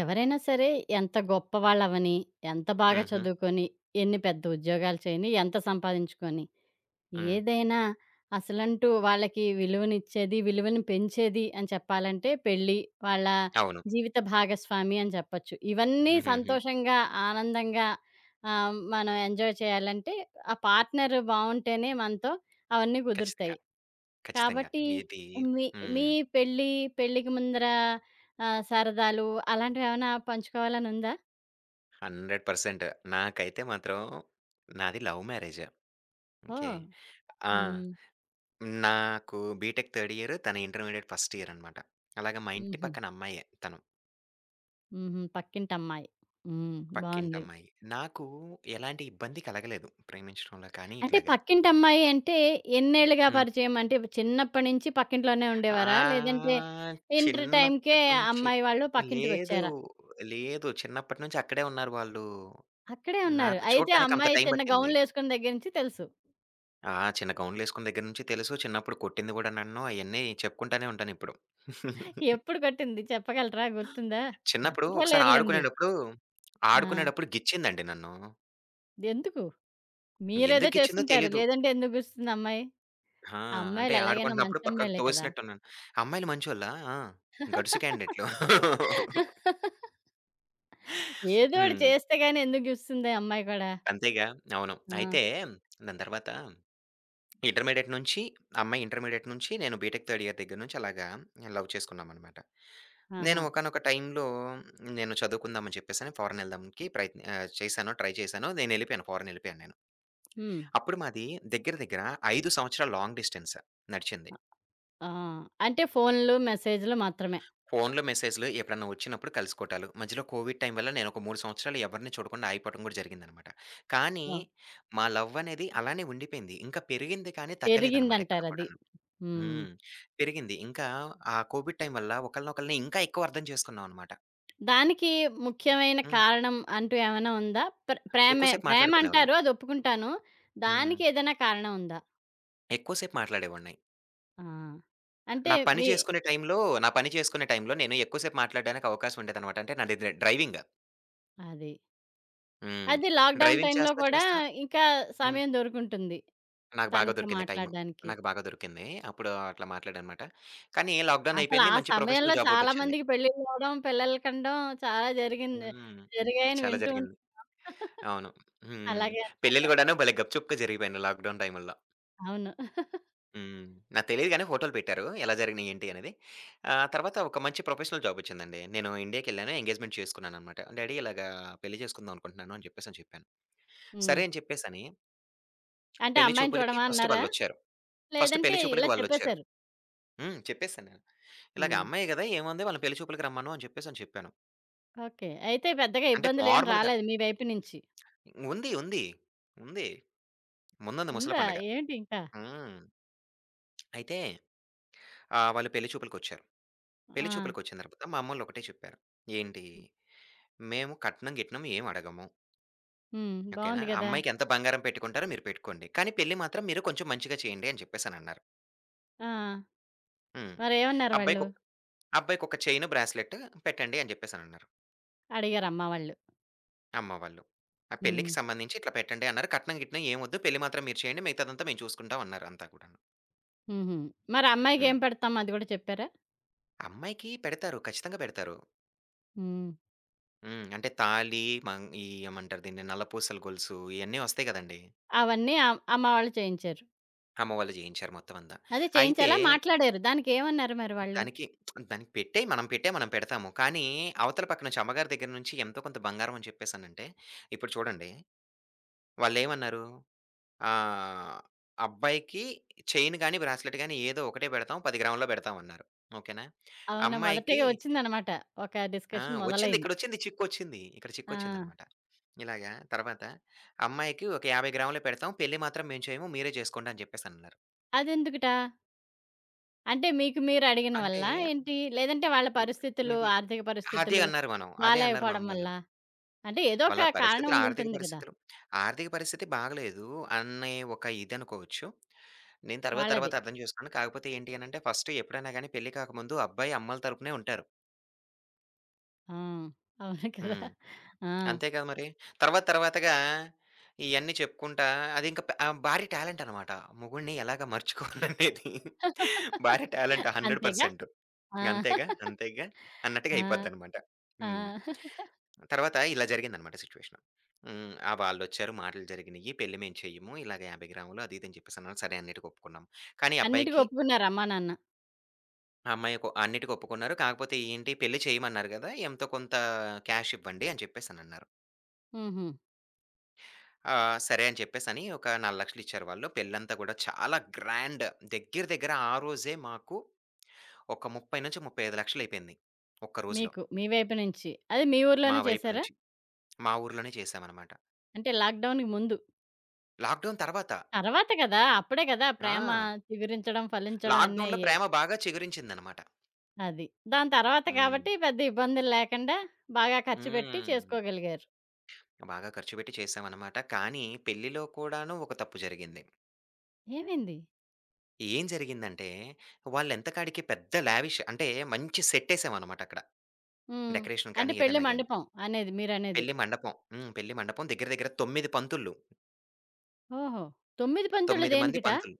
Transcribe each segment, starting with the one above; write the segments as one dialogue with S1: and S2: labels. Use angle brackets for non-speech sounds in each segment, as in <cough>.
S1: ఎవరైనా సరే ఎంత గొప్పవాళ్ళవని, ఎంత బాగా
S2: హుహు.
S1: చదువుకొని, ఎన్ని పెద్ద ఉద్యోగాలు చేయని, ఎంత సంపాదించుకొని,
S2: హ్మ్.
S1: ఏదైనా అసలంటూ వాళ్ళకి విలువనిచ్చేది, విలువని పెంచేది అని చెప్పాలంటే పెళ్లి, వాళ్ళ
S2: అవును.
S1: జీవిత భాగస్వామి అని చెప్పొచ్చు. ఇవన్నీ
S2: హుహుహు.
S1: సంతోషంగా, ఆనందంగా మనం ఎంజాయ్ చేయాలంటే, ఆ పార్ట్నర్ బావుంటేనే మనతో అవన్నీ
S2: ఖచ్చితంగా.
S1: కుదురుతాయి.
S2: ఖచ్చితంగా.
S1: కాబట్టి
S2: ఇది
S1: మీ మీ
S2: హ్మ్.
S1: పెళ్లి, పెళ్ళికి ముందర సరదాలు అలాంటివేవన్నా పంచుకోవాలనుందా?
S2: 100% నాకైతే మాత్రం నాది లవ్ మ్యారేజ్. ఓకే.
S1: ఓహ్!
S2: ఆ!
S1: హ్మ్.
S2: నాకు బీటెక్ థర్డ్ ఇయర్, తను ఇంటర్మీడియేట్ ఫస్ట్ ఇయర్ అనమాట. అలాగే మా ఇంటి
S1: హుహు.
S2: పక్కన అమ్మాయే తను.
S1: హుహు. పక్కింటమ్మాయి. హ్మ్. బావుంది.
S2: పక్కింటమ్మాయి. నాకు ఎలాంటి ఇబ్బంది కలగలేదు ప్రేమించడంలో కానీ
S1: అంటే
S2: ఇట్లాగా.
S1: పక్కింటమ్మాయి అంటే ఎన్నేళ్లుగా
S2: హ్మ్.
S1: పరిచయం? అంటే చిన్నప్పటి నుంచి పక్కింట్లోనే ఉండేవారా? లేదంటే
S2: ఆహ్,
S1: ఇంటర్ టైమ్‌కే
S2: చిన్నప్పటి నుంచి
S1: అమ్మాయి వాళ్ళు
S2: లేదు.
S1: పక్కింటికొచ్చారా?
S2: లేదు. చిన్నప్పటి నుంచి అక్కడే ఉన్నారు వాళ్ళు.
S1: అక్కడే ఉన్నారు.
S2: నాకు
S1: అయితే
S2: చూడటానికి అంత
S1: అమ్మాయి
S2: టైం
S1: చిన్న
S2: పట్టింది.
S1: గౌన్‌లేసుకున్న దగ్గర నుంచి తెలుసు.
S2: ఆ! చిన్న గౌన్‌లేసుకున్న దగ్గర నుంచి తెలుసు. చిన్నప్పుడు కొట్టింది గూడా నన్ను. అయన్నీ చెప్పుకుంటానే ఉంటానిప్పుడు.
S1: ఎప్పుడు కొట్టింది చెప్పగలరా? గుర్తుందా?
S2: చిన్నప్పుడు ఒకసారి
S1: మర్చిపోలేరులెండి.
S2: ఆడుకునేటప్పుడు,
S1: ఆ!
S2: ఆడుకునేటప్పుడు గిచ్చిందండి నన్ను.
S1: ఎందుకు? మీరేదో
S2: ఎందుకు గిచ్చిందో
S1: చేసుంటారు.
S2: తెలీదు.
S1: లేదంటే ఎందుకు గుస్తుంది అమ్మాయి?
S2: ఆ!
S1: ఆ
S2: అంటే
S1: అమ్మాయిలు ఎలాగైనా
S2: ఆడుకుంటున్నప్పుడు
S1: మంచి
S2: పక్కకు
S1: అమ్మాయిలే కదా!
S2: తోసినట్టున్నాను. అమ్మాయిలు మంచోళ్ళా? ఆ! గడుసు క్యాండిడేట్‌లు.
S1: ఏదో ఒకటి
S2: హ్మ్.
S1: చేస్తే గాని ఎందుకు గుస్తుంది ఆ అమ్మాయి కూడా.
S2: అంతేగా. అవును.
S1: ఆ!
S2: అయితే దాని తర్వాత ఇంటర్మీడియేట్ నుంచి అమ్మాయి ఇంటర్మీడియేట్ నుంచి నేను బీటెక్ థర్డ్ ఇయర్ దగ్గర నుంచి అలాగా లవ్ చేసుకున్నామనమాట. నేను
S1: ఆహా!
S2: ఒకానొక టైంలో నేను చదువుకుందాం అని చెప్పేసని ఫారెన్ ఎళ్దాంకి చేశాను. ట్రై చేశాను. నేనెళ్ళిపోయాను. ఫారెన్ ఎళ్ళిపోయాను నేను.
S1: హ్మ్.
S2: అప్పుడు మాది దగ్గర దగ్గర 5 సంవత్సరాలు లాంగ్ డిస్టెన్స్ నడిచింది.
S1: ఆ! అంటే ఫోన్‌లు, మెసేజ్‌లు మాత్రమే.
S2: ఫోన్‌లో మెసేజ్‌లు ఎప్పుడన్నా వచ్చినప్పుడు కలుసుకోవటాలు. మధ్యలో కోవిడ్ టైం వల్ల నేనొక 3 సంవత్సరాలు ఎవరిని చూడకుండా ఆగిపోవటం కూడా జరిగిందనమాట. కానీ
S1: ఓహ్!
S2: మా లవ్ అనేది అలానే ఉండిపోయింది. ఇంకా పెరిగింది కానీ తగ్గలేదనమాట ఎక్కడ
S1: పెరిగిందంటారది.
S2: కూడాను.
S1: హ్మ్.
S2: హ్మ్. పెరిగింది. ఇంకా ఆ కోవిడ్ టైం వల్ల ఒకళ్ళనొకళ్ళని ఇంకా ఎక్కువ అర్థం చేసుకున్నాం అనమాట.
S1: దానికి ముఖ్యమైన
S2: హ్మ్.
S1: కారణం అంటూ ఏమైనా ఉందా? ప్ర
S2: ఎక్కువ
S1: ప్రేమే
S2: సేపు
S1: ప్రేమ
S2: మాట్లాడుకునేవాళ్ళం.
S1: అంటారు అది ఒప్పుకుంటాను.
S2: హ్మ్.
S1: దానికి ఏదైనా కారణం ఉందా?
S2: ఎక్కువ సేపు మాట్లాడేవాడిని.
S1: ఆ! అంటే
S2: నా పని
S1: మీ
S2: చేసుకునే టైంలో నా పని చేసుకునే టైంలో నేను ఎక్కువ సేపు మాట్లాడడానికి అవకాశం ఉండేదనమాట. అంటే నాది డ్రైవింగ్.
S1: అది.
S2: హ్మ్.
S1: అది లాక్‌డౌన్
S2: డ్రైవింగ్
S1: టైమ్‌లో
S2: చేస్తా
S1: కూడా
S2: చేస్తా
S1: ఇంకా
S2: హ్మ్.
S1: సమయం దొరికుంటుంది
S2: నాకు బాగా
S1: తనతో
S2: దొరికింది టైము.
S1: మాట్లాడడానికి.
S2: నాకు బాగా దొరికింది. అప్పుడు అట్లా మాట్లాడానమాట. కానీ లాక్‌డౌన్
S1: అసలు
S2: అయిపోయింది.
S1: ఆ
S2: మంచి
S1: సమయంలో
S2: ప్రొఫెషనల్ జాబ్
S1: చాలా
S2: ఒకటొచ్చింది.
S1: మందికి పెళ్ళిళ్ళు అవ్వడం, పిల్లలు కనడం చాలా జరిగింది.
S2: హ్మ్.
S1: జరిగాయని
S2: చాలా
S1: వింటూ
S2: జరిగింది.
S1: ఉంటాం. <laughs>
S2: అవును. హ్మ్.
S1: అలాగే
S2: పెళ్ళిళ్ళు
S1: అన్నమాట.
S2: గూడాను భలే గప్‌చుప్‌గా జరిగిపోయినాయి లాక్‌డౌన్ టైముల్లో.
S1: అవును.
S2: హ్మ్. నాకు తెలీదు గానీ ఫోటోలు పెట్టారు. ఎలా జరిగినాయి ఏంటి అనేది. తర్వాత ఒక మంచి ప్రొఫెషనల్ జాబ్ వచ్చిందండి. నేను ఇండియాకెళ్ళాను. ఎంగేజ్‌మెంట్ చేసుకున్నాననమాట. డ్యాడీ ఇలాగా పెళ్లి చేసుకుందాం అనుకుంటున్నాను అని చెప్పేసి అని చెప్పాను.
S1: హ్మ్.
S2: సరే అని చెప్పేసని
S1: అంటే
S2: పెళ్లి
S1: అమ్మాయిని
S2: చూపులకి
S1: చూడమా
S2: ఫస్ట్
S1: అన్నారా?
S2: వాళ్ళొచ్చారు. ఫస్ట్
S1: లేదంటే
S2: పెళ్లి
S1: ఇలా
S2: చూపులకి వాళ్ళొచ్చారు.
S1: చెప్పేశారు.
S2: హ్మ్. చెప్పేసాను నేను. ఇలాగ
S1: హ్మ్.
S2: అమ్మాయి గదా! ఏముంది వాళ్ళని పెళ్లి చూపులకి రమ్మను అని చెప్పేసి అని చెప్పాను.
S1: ఓకే. అయితే పెద్దగా
S2: అంటే
S1: ఇబ్బందులేం
S2: ఫార్మల్‌గా
S1: రాలేదు మీ వైపు నుంచి.
S2: ఉంది. ఉంది. ఉంది. ముందుంది ముసల
S1: ఉందా?
S2: పండగ.
S1: ఏంటి ఇంకా?
S2: హ్మ్. అయితే వాళ్ళు పెళ్లి చూపులకొచ్చారు. పెళ్లి
S1: ఆ!
S2: చూపులకొచ్చిన తర్వాత మా అమ్మోళ్ళు ఒకటే చెప్పారు. ఏంటి మేము కట్నం, గిట్నం ఏం అడగము.
S1: హ్మ్.
S2: ఓకేనా?
S1: బావుంది గదా!
S2: అమ్మాయికి ఎంత బంగారం పెట్టుకుంటారో మీరు పెట్టుకోండి. కానీ పెళ్లి మాత్రం మీరు కొంచెం మంచిగా చేయండి అని చెప్పేసనన్నారు.
S1: ఆ!
S2: హ్మ్.
S1: మరేమన్నారు వాళ్ళు?
S2: అబ్బాయికొక అబ్బాయికొక చైను, బ్రాస్లెట్ పెట్టండి అని చెప్పేసనన్నారు
S1: అడిగారు అమ్మ వాళ్ళు.
S2: అమ్మ వాళ్ళు. ఆ
S1: హ్మ్.
S2: పెళ్ళికి సంబంధించి ఇట్లా పెట్టండి అన్నారు. కట్నం, గిట్నం ఏమొద్దు పెళ్లి మాత్రం మీరు చేయండి. మిగతాదంతా మేము చూసుకుంటాం అన్నారు అంతా కూడాను.
S1: హుహు. మరి అమ్మాయికేం
S2: హ్మ్.
S1: పెడతాం అది గూడా చెప్పారా?
S2: అమ్మాయికి పెడతారు. ఖచ్చితంగా పెడతారు.
S1: హ్మ్.
S2: హ్మ్. అంటే తాళి, మం ఈ ఏమంటారు దీన్ని నల్లపూసల గొలుసు ఇయన్నీ వస్తాయి గదండీ!
S1: అవన్నీ అమ్మ వాళ్ళు చేయించారు.
S2: అమ్మ వాళ్ళు జేయించారు మొత్తం అంతా.
S1: అదే
S2: అయితే
S1: చేయించేలా మాట్లాడారు. దానికేమన్నారు మరి వాళ్ళు?
S2: దానికి దానికి పెట్టేయి మనం పెడతాము. కానీ, అవతల పక్కన నుంచి అమ్మగారి దగ్గర నుంచి ఎంతో కొంత బంగారం అని చెప్పేసనంటే, ఇప్పుడు చూడండి వాళ్ళేమన్నారు, ఆహ్, అబ్బాయికి చైన్ గాని, బ్రాస్లెట్ గాని ఏదో ఒకటే పెడతాం 10 గ్రాములో పెడతామన్నారు. ఓకేనా?
S1: అవునా!
S2: అమ్మాయికి
S1: మొదటగా వచ్చిందనమాట. ఒక
S2: ఆ!
S1: డిస్కషన్
S2: వచ్చింది
S1: మొదలైంది.
S2: ఇక్కడొచ్చింది చిక్కొచ్చింది. ఇక్కడ
S1: ఆ!
S2: చిక్కొచ్చిందనమాట. ఇలాగా తర్వాత అమ్మాయికి ఒక 50 గ్రాములే పెడతాం. పెళ్లి మాత్రం మేము చేయము. మీరే చేసుకోండి అని చెప్పేసనన్నారు.
S1: అదెందుకుట? అంటే మీకు మీరు అడిగిన
S2: అంటే,
S1: వల్లా ఏంటి? లేదంటే వాళ్ళ
S2: మే
S1: పరిస్థితులు,
S2: బీ
S1: ఆర్థిక
S2: అదే
S1: పరిస్థితులు
S2: అన్నారు మనం. అదే అన్నారు మా
S1: బాలేకపోవడం
S2: అమ్మోళ్ళు.
S1: వల్లా? అంటే ఏదో
S2: వాళ్ళ
S1: ఒక కారణం
S2: పరిస్థితులు ఆర్థిక
S1: ఉండుంటుంది గదా!
S2: పరిస్థితులు ఆర్థిక పరిస్థితి బాగలేదు అనే ఒక ఇది అనుకోవచ్చు. నేను తర్వాత
S1: వాళ్ళది.
S2: తర్వాత అర్థం చేసుకున్నాను. కాకపోతే ఏంటి అనంటే ఫస్ట్ ఎప్పుడైనా గాని పెళ్లి కాకముందు అబ్బాయి అమ్మల తరపునే ఉంటారు.
S1: ఆ! అవును కదా!
S2: హ్మ్.
S1: ఆ!
S2: అంతే కదా మరి. తర్వాత తర్వాతగా ఇయన్నీ చెప్పుకుంటా భారీ టాలెంట్ అనమాట. మొగుడిని ఎలాగా మర్చుకోవాలనేది భారీ టాలెంట్
S1: <laughs> అంతేగా?
S2: 100%
S1: ఆ!
S2: అంతేగా, అంతేగా అన్నట్టుగా
S1: ఆ!
S2: అయిపోద్దనమాట.
S1: ఆ!
S2: హ్మ్. తర్వాత ఇలా జరిగిందనమాట సిట్యుయేషను. హ్మ్. ఆ! వాళ్ళొచ్చారు మాటలు జరిగినియి. పెళ్లి మేము చెయ్యము. ఇలాగ 50 గ్రాములు అది ఇది అని చెప్పేసన్నారు. సరే అన్నిటికి ఒప్పుకున్నాం. కానీ
S1: అన్నిటికి
S2: అబ్బాయికి,
S1: ఒప్పుకున్నారు అమ్మా, నాన్న.
S2: ఆ అమ్మాయికి అన్నిటికి ఒప్పుకున్నారు. కాకపోతే ఏంటి పెళ్లి చేయమన్నారు గదా! ఎంతో కొంత క్యాష్ ఇవ్వండి అని చెప్పేసనన్నారు.
S1: హుహు.
S2: ఆ! సరే అని చెప్పేసని ఒక 4,00,000 ఇచ్చారు వాళ్ళు. పెళ్ళంతా గూడా చాలా గ్రాండ్ దగ్గర దగ్గర ఆ రోజే మాకు ఒక 30-35,00,000 అయిపోయింది. ఒక్క రోజులో.
S1: మీకు మీ వైపు నుంచి. అది మీ
S2: మా
S1: ఊర్లోనే
S2: వైపు
S1: చేశారా?
S2: నుంచి. మా ఊర్లోనే చేశామనమాట.
S1: అంటే లాక్‌డౌన్‌కి ముందు.
S2: లాక్‌డౌన్ తర్వాత.
S1: తర్వాత కదా! అప్పుడే కదా!
S2: ఆ!
S1: ప్రేమ చిగురించడం, ఫలించడం అన్నీ
S2: లాక్‌డౌన్‌లో
S1: అయ్యాయి.
S2: ప్రేమ బాగా చిగురించిందనమాట.
S1: అది. దాని తర్వాత కాబట్టి
S2: హ్మ్.
S1: పెద్ద ఇబ్బందులు లేకుండా బాగా ఖర్చు పెట్టి
S2: హ్మ్.
S1: చేసుకోగలిగారు.
S2: బాగా ఖర్చు పెట్టి చేశామనమాట. కానీ పెళ్ళిలో కూడాను ఒక తప్పు జరిగింది.
S1: ఏమైంది?
S2: ఏం జరిగిందంటే వాళ్ళెంతకాడికి పెద్ద లావిష్ అంటే మంచి సెట్ ఏసామనమాట అక్కడ.
S1: హ్మ్.
S2: డెకరేషన్
S1: అంటే
S2: కానీ
S1: పెళ్లి
S2: ఏదైనా గాని.
S1: మండపం అనేది మీరనేది.
S2: పెళ్లి మండపం. హ్మ్. పెళ్లి మండపం దగ్గర దగ్గర 9 పంతులు.
S1: ఓహో! 9 పంతులు
S2: 9 మంది
S1: దేనికిట?
S2: పంతులు.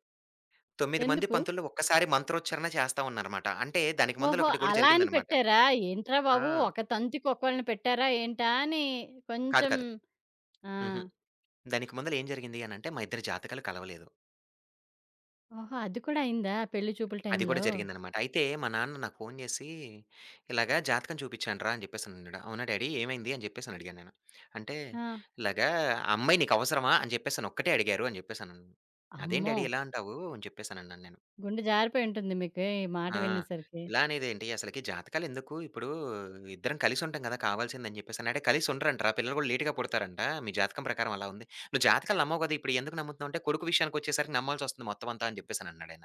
S2: 9 మంది
S1: ఎందుకు?
S2: పంతుల్లో ఒక్కసారి మంత్రోచ్చారణ చేస్తా ఉన్నారన్నమాట. అంటే దానికి ముందల
S1: ఓహో!
S2: ఒకటి కూడా
S1: అలా అని
S2: జరిగిందన్నమాట.
S1: పెట్టారా? ఏంట్రా
S2: ఆ!
S1: బాబు! ఒక తంతికి ఒకళ్ళని పెట్టారా ఏంటా అని
S2: కాదు
S1: కొంచెం
S2: కాదు.
S1: ఆ!
S2: హుహు. దానికి ముందల ఏం జరిగింది అనంటే మా ఇద్దరి జాతకాలు కలవలేదు.
S1: ఓహో! అది కూడా అయిందా పెళ్లి చూపుల
S2: అది కూడా
S1: టైంలో?
S2: జరిగిందన్నమాట. అయితే మా నాన్న నాకు ఫోను చేసి, "ఇలాగ జాతకం చూపించాను రా" అని చెప్పేసనన్నాడు. "అవునా డాడీ ఏమైంది?" అని చెప్పేసని అడిగాను నేను. అంటే
S1: ఆ!
S2: "ఇలాగ ఆ అమ్మాయి నీకు అవసరమా?" అని చెప్పేసని ఒక్కటే అడిగారు అని చెప్పేసనన్నాను. "అదేం
S1: అమ్మో!
S2: డాడీ ఇలా అంటావు?" అని చెప్పేసనన్నాను నేను.
S1: గుండె జారిపోయి ఉంటుంది మీకు ఈ మాట
S2: ఆ!
S1: వినేసరికి.
S2: ఇలా అనేదేంటి అసలకి జాతకాలెందుకు? ఇప్పుడు ఇద్దరం కలిసుంటాం గదా! కావాల్సిందని జెప్పేసని. అంటే కలిసుండరంటరా పిల్లలు గూడా లేట్‌గా పుడతారంట. మీ జాతకం ప్రకారం అలా ఉంది. నువ్వు జాతకాలు నమ్మవు గదా! ఇప్పుడు ఎందుకు నమ్ముతున్నావు అంటే, కొడుకు విషయానికొచ్చేసరికి నమ్మాల్సొస్తుంది మొత్తం అంతా అని జెప్పేసనన్నాడాయన.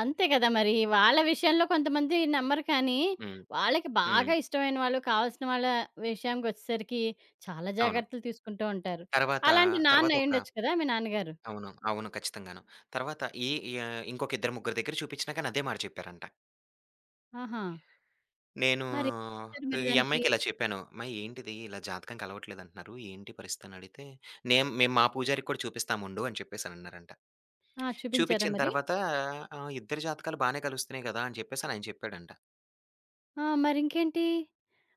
S1: అంతే కదా! మరి వాళ్ళ విషయంలో కొంతమంది నమ్మరు కానీ,
S2: హ్మ్.
S1: వాళ్ళకి
S2: హ్మ్.
S1: బాగా ఇష్టమైన వాళ్ళు, కావాల్సిన వాళ్ళ విషయానికొచ్చేసరికి చాలా
S2: అవును.
S1: జాగ్రత్తలు తీసుకుంటూ ఉంటారు.
S2: తర్వాత,
S1: అలాంటి నాన్న
S2: తర్వాత ఒక
S1: అయ్యుండొచ్చు కదా! మీ నాన్నగారు.
S2: అవును. అవును. ఖచ్చితంగాను. తర్వాత ఈ ఇంకొక ఇద్దరు ముగ్గురు దగ్గర చూపిచ్చినా కానీ అదే మాట చెప్పారంట.
S1: ఆహా!
S2: నేను
S1: మరి ఏం చేశారు మరి
S2: ఈ
S1: దానికి?
S2: అమ్మాయికి ఇలా చెప్పాను. "అమ్మాయి ఏంటిది ఇలా జాతకం కలవట్లేదంటున్నారు. ఏంటి పరిస్థితి?" అని అడిగితే, "నేం మేము మా పూజారికి కూడా చూపిస్తాముండు" అని చెప్పేసనన్నారంట.
S1: ఆ! చూపించారా
S2: చూపించిన
S1: మరి?
S2: తర్వాత "ఇద్దరి జాతకాలు బానే కలుస్తున్నాయి కదా!" అని చెప్పేసని ఆయన చెప్పాడంట.
S1: ఆ! మరింకేంటి?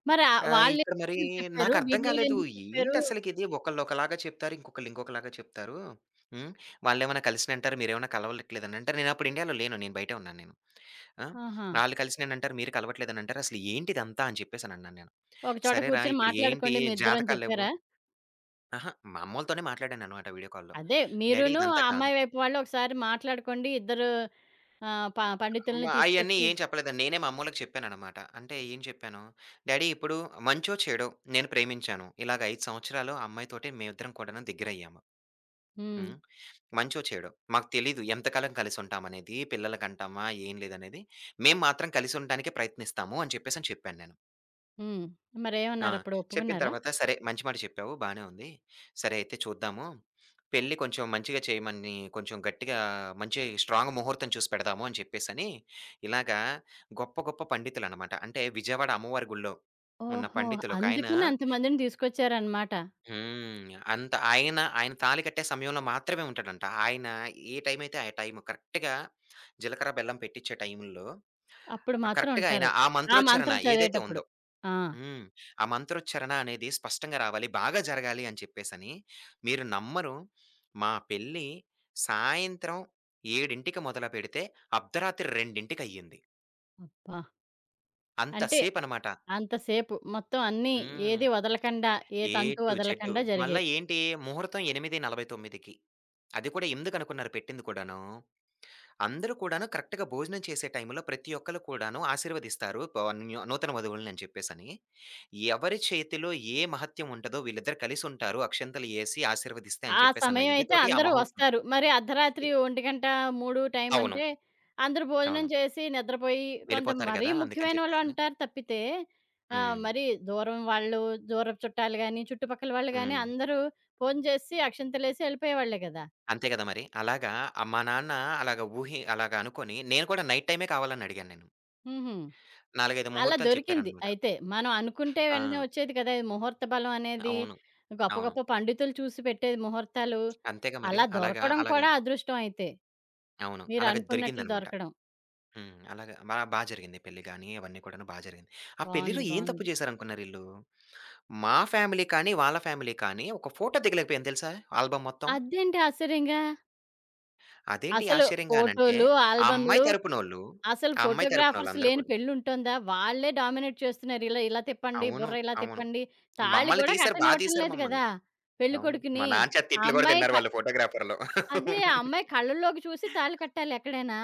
S1: మరి
S2: ఇక్కడ మరి
S1: వాళ్ళెందుకు చెప్పారు?
S2: నాకర్థం
S1: వీళ్ళిలా
S2: కాలేదు.
S1: ఎందుకు చెప్పారు?
S2: ఏంటసలకిది ఒకళ్ళు ఒకలాగా చెప్తారు. ఇంకొకళ్ళు ఇంకొకలాగా చెప్తారు. హ్మ్. వాళ్ళేమన్నా కలిసినంటారు. మీరేమన్నా కలవట్లేదనంటారు. నేనప్పుడు ఇండియాలో లేను. నేను బయటే ఉన్నాను నేను. ఆ!
S1: ఆహా!
S2: ఆళ్ళు కలిసిననంటారు. మీరు కలవట్లేదనంటారు. అసలు ఏంటిదంతా అని చెప్పేసనన్నాను నేను.
S1: ఒక చోట
S2: సరేరా!
S1: కూర్చొని
S2: ఇప్పుడు ఏంటి
S1: మాట్లాడుకోండి మీ ఇద్దరు అని
S2: జాతకాలు లెవ్వు.
S1: చెప్పారా?
S2: అహా! మా అమ్మోళ్ళతోనే మాట్లాడాననమాట వీడియో కాల్‌లో.
S1: అదే
S2: డ్యాడీ
S1: మీరును ఆ
S2: ఇదంతా కాదు.
S1: అమ్మాయి వైపు వాళ్ళు ఒకసారి మాట్లాడుకోండి. ఇద్దరు ఆహ్, ప పండితుల్ని
S2: మా అయన్నీ
S1: తీసుకొచ్చి
S2: ఏం చెప్పలేదండి. నేనే మా అమ్మోళ్ళకి చెప్పాననమాట. అంటే ఏం చెప్పాను, డ్యాడీ ఇప్పుడు మంచో, చెడో నేను ప్రేమించాను. ఇలాగ 5 సంవత్సరాలు ఆ అమ్మాయితోటి మేమిద్దరం కూడాను దగ్గరయ్యాము.
S1: హ్మ్.
S2: హ్మ్. మంచో, చెడో మాకు తెలీదు ఎంతకాలం కలిసుంటామనేది, పిల్లలకంటామా, ఏం లేదనేది. మేము మాత్రం కలిసుంటానికే ప్రయత్నిస్తాము అని చెప్పేసని చెప్పాను నేను.
S1: హ్మ్.
S2: ఆ!
S1: మరేమన్నారు అప్పుడు
S2: చెప్పిన
S1: ఒప్పుకున్నారా?
S2: తర్వాత సరే మంచి మాట చెప్పావు. బానే ఉంది. సరే అయితే చూద్దాము. పెళ్లి కొంచెం మంచిగా చేయమని కొంచెం గట్టిగా మంచి స్ట్రాంగ్ ముహూర్తం చూసి పెడదాము అని చెప్పేసని, ఇలాగా గొప్ప గొప్ప పండితులనమాట. అంటే విజయవాడ అమ్మవారి గుళ్ళో ఉన్న
S1: ఓహో!
S2: పండితులొకాయన
S1: అందుకని అంతమందిని తీసుకొచ్చారన్నమాట.
S2: హ్మ్. అంత ఆయన, ఆయన తాళి కట్టే సమయంలో మాత్రమే ఉంటాడంట. ఆయన ఏ టైం అయితే ఆ టైం కరెక్ట్‌గా జీలకర్ర, బెల్లం పెట్టిచ్చే టైంలో
S1: అప్పుడు మాత్రం
S2: కరెక్ట్‌గా ఆయన
S1: ఉంటారు.
S2: ఆ
S1: ఆ
S2: మంత్రోచ్చారణ
S1: మంత్రం
S2: ఏదైతే
S1: చదివేటప్పుడు.
S2: ఉందో
S1: ఆ!
S2: హ్మ్. ఆ మంత్రోచ్చరణ అనేది స్పష్టంగా రావాలి. బాగా జరగాలి అని చెప్పేసని, మీరు నమ్మరు మా పెళ్లి సాయంత్రం 7కి మొదలుపెడితే అర్ధరాత్రి 2కి అయ్యింది.
S1: అబ్బా!
S2: అంత
S1: అంటే
S2: సేపనమాట.
S1: అంతసేపు మొత్తం అన్నీ
S2: హ్మ్.
S1: ఏది వదలకండా, ఏ
S2: ఏ
S1: తంతు
S2: టు జెడ్.
S1: వదలకండా
S2: మళ్ళా
S1: జరిగాయి.
S2: ఏంటి ముహూర్తం 8:49కి. అది కూడా ఎందుకనుకున్నారు పెట్టింది కూడాను అందరూ కూడాను కరెక్ట్‌గా భోజనం చేసే టైంలో ప్రతి ఒక్కళ్ళు కూడాను ఆశీర్వదిస్తారు. న్యూ నూతన వధువులని అని చెప్పేసని. ఎవరి చేతిలో ఏ మహత్యం ఉంటదో వీళ్ళిద్దరు కలిసుంటారు. అక్షింతలు ఏసి ఆశీర్వదిస్తే
S1: ఆ
S2: అని చెప్పేసన్న
S1: సమయమయితే
S2: ఇదితోటి ఆ
S1: అందరూ
S2: మహోత్సవం.
S1: వస్తారు. మరి అర్ధరాత్రి
S2: ఎగ్
S1: 1 3 టైం
S2: అవును.
S1: అంటే అందరూ భోజనం
S2: అవును.
S1: చేసి నిద్రపోయి కొంత
S2: వెళ్ళిపోతారు
S1: మరీ
S2: గదా! అందుకని చెప్పేసని.
S1: ముఖ్యమైనోళ్ళుంటారు తప్పితే
S2: హ్మ్.
S1: మరి దూరం వాళ్ళు, దూరపు చుట్టాలు గాని, చుట్టుపక్కల వాళ్ళు గాని
S2: హ్మ్.
S1: అందరూ ఫోను చేసి అక్షింతలేసి ఎళ్ళిపోయేవాళ్ళే గదా!
S2: అంతే గదా! మరి. అలాగా మా నాన్న అలాగా అనుకోని నేను కూడా నైట్ టైమే కావాలని అడిగాను నేను.
S1: హుహు.
S2: 4, 5
S1: అలా
S2: ముహూర్తాలు
S1: దొరికింది
S2: చెప్పారనమాట.
S1: అయితే. మనం అనుకుంటే
S2: ఆ!
S1: వెంటనే వచ్చేది కదా! ఈ ముహూర్త బలం అనేది.
S2: అవును.
S1: గొప్ప
S2: అవును.
S1: గొప్ప పండితులు చూసి పెట్టేది ముహూర్తాలు.
S2: అంతేగా మరి.
S1: అలా
S2: అలాగా
S1: దొరకడం
S2: అలాగా
S1: కూడా అదృష్టం అయితే.
S2: అవును. అలాగా
S1: మీరనుకున్నట్లు
S2: దొరికిందనమాట.
S1: దొరకడం.
S2: హ్మ్. అలాగా బా బా జరిగింది పెళ్లి గాని, అవన్నీ కూడాను బా జరిగింది. ఆ పెళ్లిలో
S1: బావుంది.
S2: ఏం తప్పు
S1: బావుంది.
S2: చేశారనుకున్నారు ఈళ్ళు? మా ఫ్యామిలీ కానీ, వాళ్ళ ఫ్యామిలీ కానీ ఒక ఫోటో దిగలేకపోయాను తెలుసా? ఆల్బమ్ మొత్తం.
S1: అదేంటి ఆశ్చర్యంగా!
S2: అదేంటి
S1: అసలు
S2: ఆశ్చర్యంగా అనంటే,
S1: ఫోటోలు,
S2: ఆ
S1: ఆల్బమ్‌లు
S2: అమ్మాయి తరపునోళ్ళు,
S1: అసలు
S2: ఆ అమ్మాయి
S1: ఫోటోగ్రాఫర్స్
S2: తరపునోళ్ళందరూ
S1: లేని
S2: కూడా
S1: పెళ్లుంటోందా? వాళ్ళే డామినేట్ చేస్తున్నారు. ఇలా ఇలా తిప్పండి,
S2: అవును.
S1: బుర్ర ఇలా
S2: అవును.
S1: తిప్పండి. తాళి
S2: మమ్మల్ని
S1: కూడా
S2: తీశారు. బా
S1: కట్టనివ్వటం
S2: తీశారు
S1: లేదు
S2: మమ్మల్ని.
S1: కదా!
S2: అవును. మా
S1: పెళ్ళికొడుకుని.
S2: నాన్న చేత
S1: ఆ
S2: తిట్లు కూడా
S1: అమ్మాయి క
S2: తిన్నారు వాళ్ళు ఫోటోగ్రాఫర్‌లు.
S1: అదే ఆ అమ్మాయి కళ్ళల్లోకి చూసి తాళి కట్టాలి ఎక్కడైనా.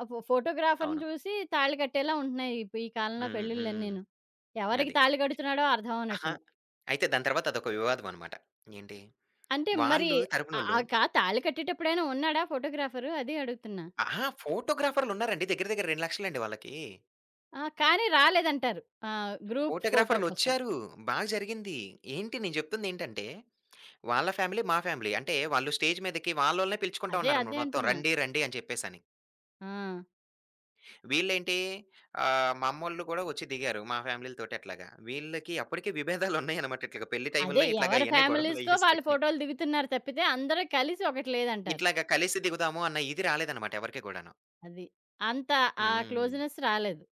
S1: ఆ ఫోటోగ్రాఫర్‌ని
S2: అవును.
S1: చూసి తాళి కట్టేలా ఉంటున్నాయి ఈ కాలంలో
S2: హ్మ్. హ్మ్.
S1: పెళ్ళిళ్ళన్నీను. ఎవరికి
S2: అది.
S1: తాళి కడుతున్నాడో అర్థం
S2: అహా!
S1: అవ్వనట్లు.
S2: అయితే దాని తర్వాత అదొక వివాదం అనమాట. ఏంటి?
S1: అంటే మరి
S2: వాళ్ళు
S1: ఆహ్,
S2: తరపునోళ్ళు
S1: ఆకా తాళి కట్టేటప్పుడైనా ఉన్నాడా ఫోటోగ్రాఫరు? అదే అడుగుతున్నా.
S2: అహా! ఫోటోగ్రాఫర్‌లున్నారండి. దగ్గర దగ్గర 2,00,000 అండి వాళ్ళకి.
S1: ఆ! కానీ రాలేదంటారు. గ్రూప్ ఫోటో కోసం.
S2: ఫోటోగ్రాఫర్‌లొచ్చారు. బాగా జరిగింది. ఏంటి నేను చెప్తుందేంటంటే, వాళ్ళ ఫ్యామిలీ, మా ఫ్యామిలీ. అంటే వాళ్ళు స్టేజ్ మీదకి వాళ్ళోళ్ళనే పిలుచుకుంటా
S1: అదే, అదే
S2: ఉన్నారనమాట మొత్తం.
S1: అంటున్నా.
S2: రండి, రండి అని చెప్పేసని.
S1: ఆ!
S2: వీళ్ళేంటి మా అమ్మోళ్ళు కూడా వచ్చి దిగారు మా ఫ్యామిలీలతోటి అట్లాగా. వీళ్ళకి అప్పటికే విభేదాలున్నాయనమాట. ఇట్లాగా పెళ్లి
S1: అదే
S2: టైముల్లో ఇట్లాగా
S1: ఎవరి
S2: ఇయన్నీ
S1: ఫ్యామిలీస్‌తో వాళ్ళు
S2: గొడవలయ్యేసరికి.
S1: ఫోటోలు దిగుతున్నారు తప్పితే అందరూ కలిసి ఒకటి లేదంటారు.
S2: ఇట్లాగా కలిసి దిగుదాము అన్న ఇది రాలేదనమాట ఎవరికీ గూడాను.
S1: అది. అంత ఆ
S2: హ్మ్.
S1: క్లోజ్‌నెస్ రాలేదు.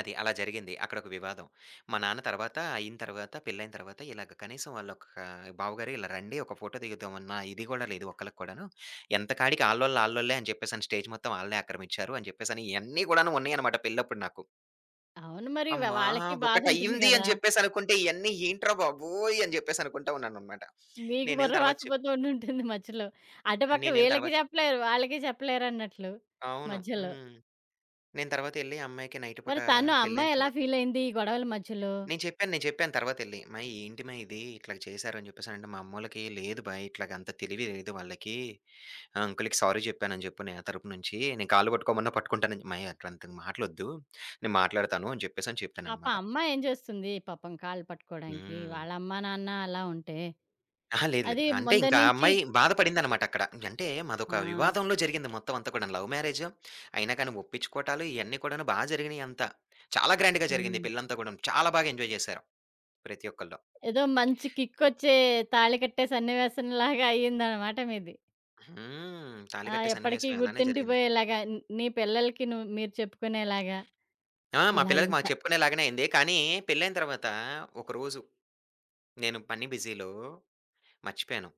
S2: అది. అలా జరిగింది. అక్కడొక వివాదం. మా నాన్న తర్వాత అయిన తర్వాత పెళ్లయిన తర్వాత ఇలాగ కనీసం వాళ్ళొక బావగారు ఇలా రండి ఒక ఫోటో దిగుదాం అన్న ఇది కూడా లేదు ఒక్కళ్ళకి కూడాను. ఎంత కాడికి ఆళ్ళోళ్ళు ఆళ్ళోళ్ళే అని చెప్పేసని స్టేజ్ మొత్తం ఆళ్ళే ఆక్రమించారు అని చెప్పేసని ఇయన్నీ గూడాను ఉన్నాయన్నమాట పెళ్ళప్పుడు నాకు.
S1: అవును మరి వ
S2: అమ్మా!
S1: వాళ్ళకి బాధుంటుంది
S2: ఒకటయింది
S1: గదా!
S2: అని చెప్పేసనుకుంటే ఇయన్నీ ఏంట్రా బాబోయ్! అని జెప్పేసనుకుంటా ఉన్నాననమాట.
S1: మీకు బుర్ర
S2: నేనెళ్ళి తర్వాత చెప్
S1: వాచిపోతూ ఉండుంటుంది మధ్యలో. అటుపక్క
S2: నేనెళ్ళి
S1: వీళ్ళకి
S2: తర్వాత చెప్
S1: చెప్పలేరు, వాళ్ళకి చెప్పలేరన్నట్లు
S2: అవును.
S1: మధ్యలో.
S2: హ్మ్. నేను తర్వాతెళ్లి ఆ అమ్మాయికి నైట్ పూట
S1: మరి తను అమ్మాయి
S2: పెళ్లయిన
S1: ఎలా
S2: తర్వాత
S1: ఫీలయింది ఈ గొడవల మధ్యలో?
S2: నేను చెప్పాను. నేను చెప్పాను తర్వాతెళ్లి. "అమ్మాయి ఏంటి మా ఇది ఇట్లా చేశారు" అని చెప్పేసనంటే, మా అమ్మోళ్ళకి లేదు బా ఇట్లాగ అంత తెలివి లేదు వాళ్ళకి. అంకుల్‌కి సారీ చెప్పానని చెప్పు నా తరపు నుంచి. నేను కాళ్ళు పట్టుకోమన్నా పట్టుకుంటానని అమ్మాయి అట్లాంటి మాటలొద్దు. నేను మాట్లాడతాను అని చెప్పేసని
S1: పాపం
S2: చెప్పాననమాట.
S1: అమ్మాయేం చేస్తుంది? పాపం కాళ్ళు పట్టుకోవడానికి.
S2: హ్మ్.
S1: వాళ్ళ అమ్మా, నాన్న అలా ఉంటే.
S2: అహా! లేదు
S1: అది
S2: లేదు. అంటే
S1: ముందరి
S2: ఇంకా ఆ
S1: నుంచి
S2: అమ్మాయి బాధపడిందనమాట అక్కడ. అంటే
S1: ఆ!
S2: మాదొక వివాదంలో జరిగింది మొత్తం అంతా కూడాను. లవ్ మ్యారేజ్ అయినా కానీ ఒప్పించుకోవటాలు ఇయన్నీ కూడాను బా జరిగినియి అంతా. చాలా గ్రాండ్‌గా జరిగింది
S1: హ్మ్.
S2: పెళ్ళంతా కూడాను. చాలా బాగా ఎంజాయ్ చేశారు ప్రతి ఒక్కళ్ళు.
S1: ఏదో మంచి కిక్కొచ్చే తాళి కట్టే సన్నివేశంలాగా అయ్యిందనమాట మీది.
S2: హ్మ్. తాళి
S1: ఆ!
S2: కట్టే
S1: ఎప్పటికీ
S2: సన్నివేశం అలానే జరిగింది.
S1: గుర్తుండిపోయేలాగా నీ పిల్లలకి నువ్వు మీరు చెప్పుకునేలాగా
S2: ఆ! మా
S1: ఇలా
S2: పిల్లలకి
S1: ఇంత
S2: మాకు చెప్పుకునేలాగానే అయింది. కానీ పెళ్ళైన తర్వాత ఒకరోజు నేను పని బిజీలో మర్చిపోయాను.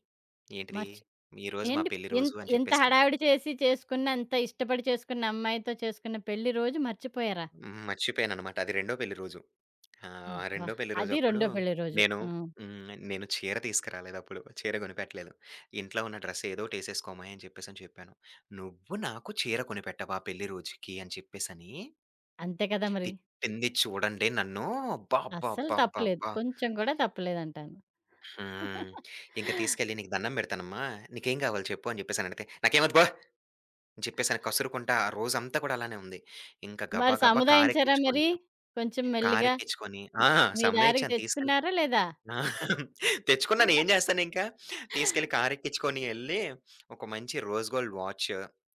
S2: ఏంటిది?
S1: మర్చి
S2: ఈరోజు మా
S1: ఏంటి
S2: పెళ్లి రోజు
S1: ఇంత్
S2: అని
S1: ఇంత
S2: చెప్పేసని.
S1: హడావిడి చేసి చేసుకున్న, అంత ఇష్టపడి చేసుకున్న అమ్మాయితో చేసుకున్న పెళ్లి రోజు మర్చిపోయారా?
S2: హ్మ్. మర్చిపోయాననమాట. అది రెండో పెళ్లి రోజు.
S1: అబ్బా!
S2: రెండో పెళ్లి
S1: అది
S2: రోజప్పుడు
S1: రెండో పెళ్లి రోజు.
S2: నేను
S1: హ్మ్.
S2: హ్మ్. నేను చీర తీసుకురాలేదప్పుడు. చీర కొనిపెట్టలేదు. ఇంట్లో ఉన్న డ్రెస్ ఏదోకటేసేసుకోమాయి అని చెప్పేసని చెప్పాను. "నువ్వు నాకు చీర కొనిపెట్టవా పెళ్లి రోజుకి" అని చెప్పేసని
S1: అంతే కదా మరి!
S2: తిట్టింది చూడండి నన్ను. అబ్బా! అబ్బా!
S1: అస్సలు
S2: అబ్బా! అబ్బా!
S1: తప్పులేదు.
S2: అబ్బా!
S1: కొంచెం కూడా తప్పులేదంటాను.
S2: హ్మ్.
S1: <laughs>
S2: ఇంక తీసుకెళ్ళి "నీకు దండం పెడతానమ్మా, నీకేం కావాలి చెప్పు" అని చెప్పేసనంటే, "నాకేమొద్దు పో" అని చెప్పేసని కసురుకుంటా ఆ రోజంతా కూడా అలానే ఉంది. ఇంక
S1: మరి
S2: గబా గబా
S1: సముదాయించారా
S2: కారెక్కించుకొని,
S1: మరి? కొంచెం మెల్లిగా?
S2: కారెక్కించుకొని ఆ!
S1: మీ దారికి
S2: సముదాయిచ్చాను తీసుకెళ్ళి
S1: తెచ్చుకున్నారా లేదా?
S2: ఆ! తెచ్చుకున్నాను ఏం చేస్తానింకా. తీసుకెళ్ళి కారెక్కించుకొని ఎళ్ళి, ఒక మంచి రోజ్ గోల్డ్ వాచ్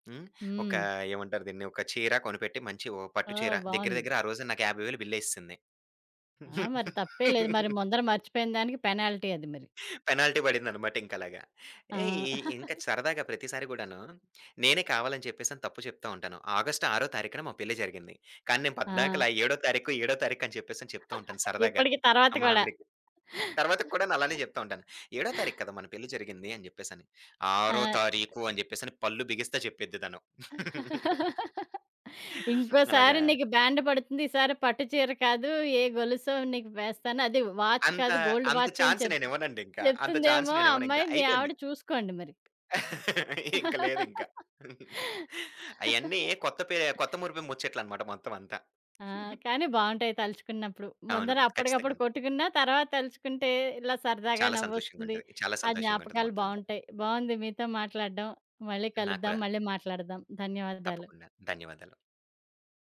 S2: హ్మ్. ఒక
S1: హ్మ్.
S2: ఏమంటారు దీన్ని, ఒక చీర కొనిపెట్టి మంచి ఓ పట్టు చీర
S1: ఓహ్!
S2: దగ్గర
S1: బావుంది.
S2: దగ్గర ఆ రోజు నాకు 50,000 బిల్లేసేసింది.
S1: ఆ! మరి తప్పే లేదు. మరి ముందర మర్చిపోయిన దానికి పెనాల్టీ అది మరి.
S2: పెనాల్టీ పడిందనమాట ఇంకలాగా.
S1: ఆ!
S2: ఏ ఈ ఇంకా సరదాగా ప్రతిసారి గూడాను, నేనే కావాలని చెప్పేసని తప్పు చెప్తా ఉంటాను. ఆగస్టు 6 తారీఖున మా పెళ్లి జరిగింది. కానీ నేను
S1: ఆ!
S2: పద్దాకలా ఏడో తారీఖు, ఏడో తారీఖు అని చెప్పేసని చెప్తా ఉంటాను సరదాగా.
S1: ఇప్పటికి తర్వాత
S2: మా
S1: కూడా.
S2: ఆవిడకి. తర్వాత కూడాను అలానే చెప్తా ఉంటాను. "ఏడో తారీఖు కదా మన పెళ్లి జరిగింది" అని జెప్పేసని. "ఆరో
S1: ఆ!
S2: తారీఖు" అని జెప్పేసని పళ్ళు బిగిస్తా చెప్పిద్ది తను. <laughs>
S1: ఇంకోసారి
S2: అలాగా.
S1: నీకు బ్యాండ్ పడుతుంది. ఈసారి పట్టు చీర కాదు, ఏ గొలుసో నీకు వేస్తాను. అది వాచ్
S2: అంత,
S1: కాదు గోల్డ్
S2: అంత
S1: వాచ్ అని
S2: ఛాన్స్
S1: చెప్
S2: నేనివ్వనండింకా. అంత ఛాన్స్
S1: చెప్తుందేమో ఆ
S2: నేనివ్వనింకా.
S1: అమ్మాయి. మీ ఆవిడ
S2: అయిపోయింది.
S1: చూసుకోండి మరి.
S2: <laughs> ఇంక లేదింక. అయన్నీ కొత్త పే కొత్త మురిపి ముచ్చట్లనమాట మొత్తం అంతా.
S1: ఆ! కానీ బావుంటాయి తలుచుకున్నప్పుడు.
S2: అవును.
S1: ముందర అప్పటికప్పుడు
S2: ఖచ్చితంగాను.
S1: కొట్టుకున్నా తర్వాత తలుచుకుంటే ఇలా సరదాగా
S2: చాలా
S1: నవ్వొస్తుంది.
S2: సంతోషంగుంటది. చాలా
S1: ఆ
S2: సంతోషంగుంటది
S1: జ్ఞాపకాలు
S2: మొత్తం అంతా.
S1: బావుంటాయి. బావుంది మీతో మాట్లాడడం. మళ్ళీ
S2: నాకు
S1: కలుద్దాం.
S2: కూడా.
S1: మళ్ళీ మాట్లాడదాం. ధన్యవాదాలు.
S2: తప్పకుండా. ధన్యవాదాలు.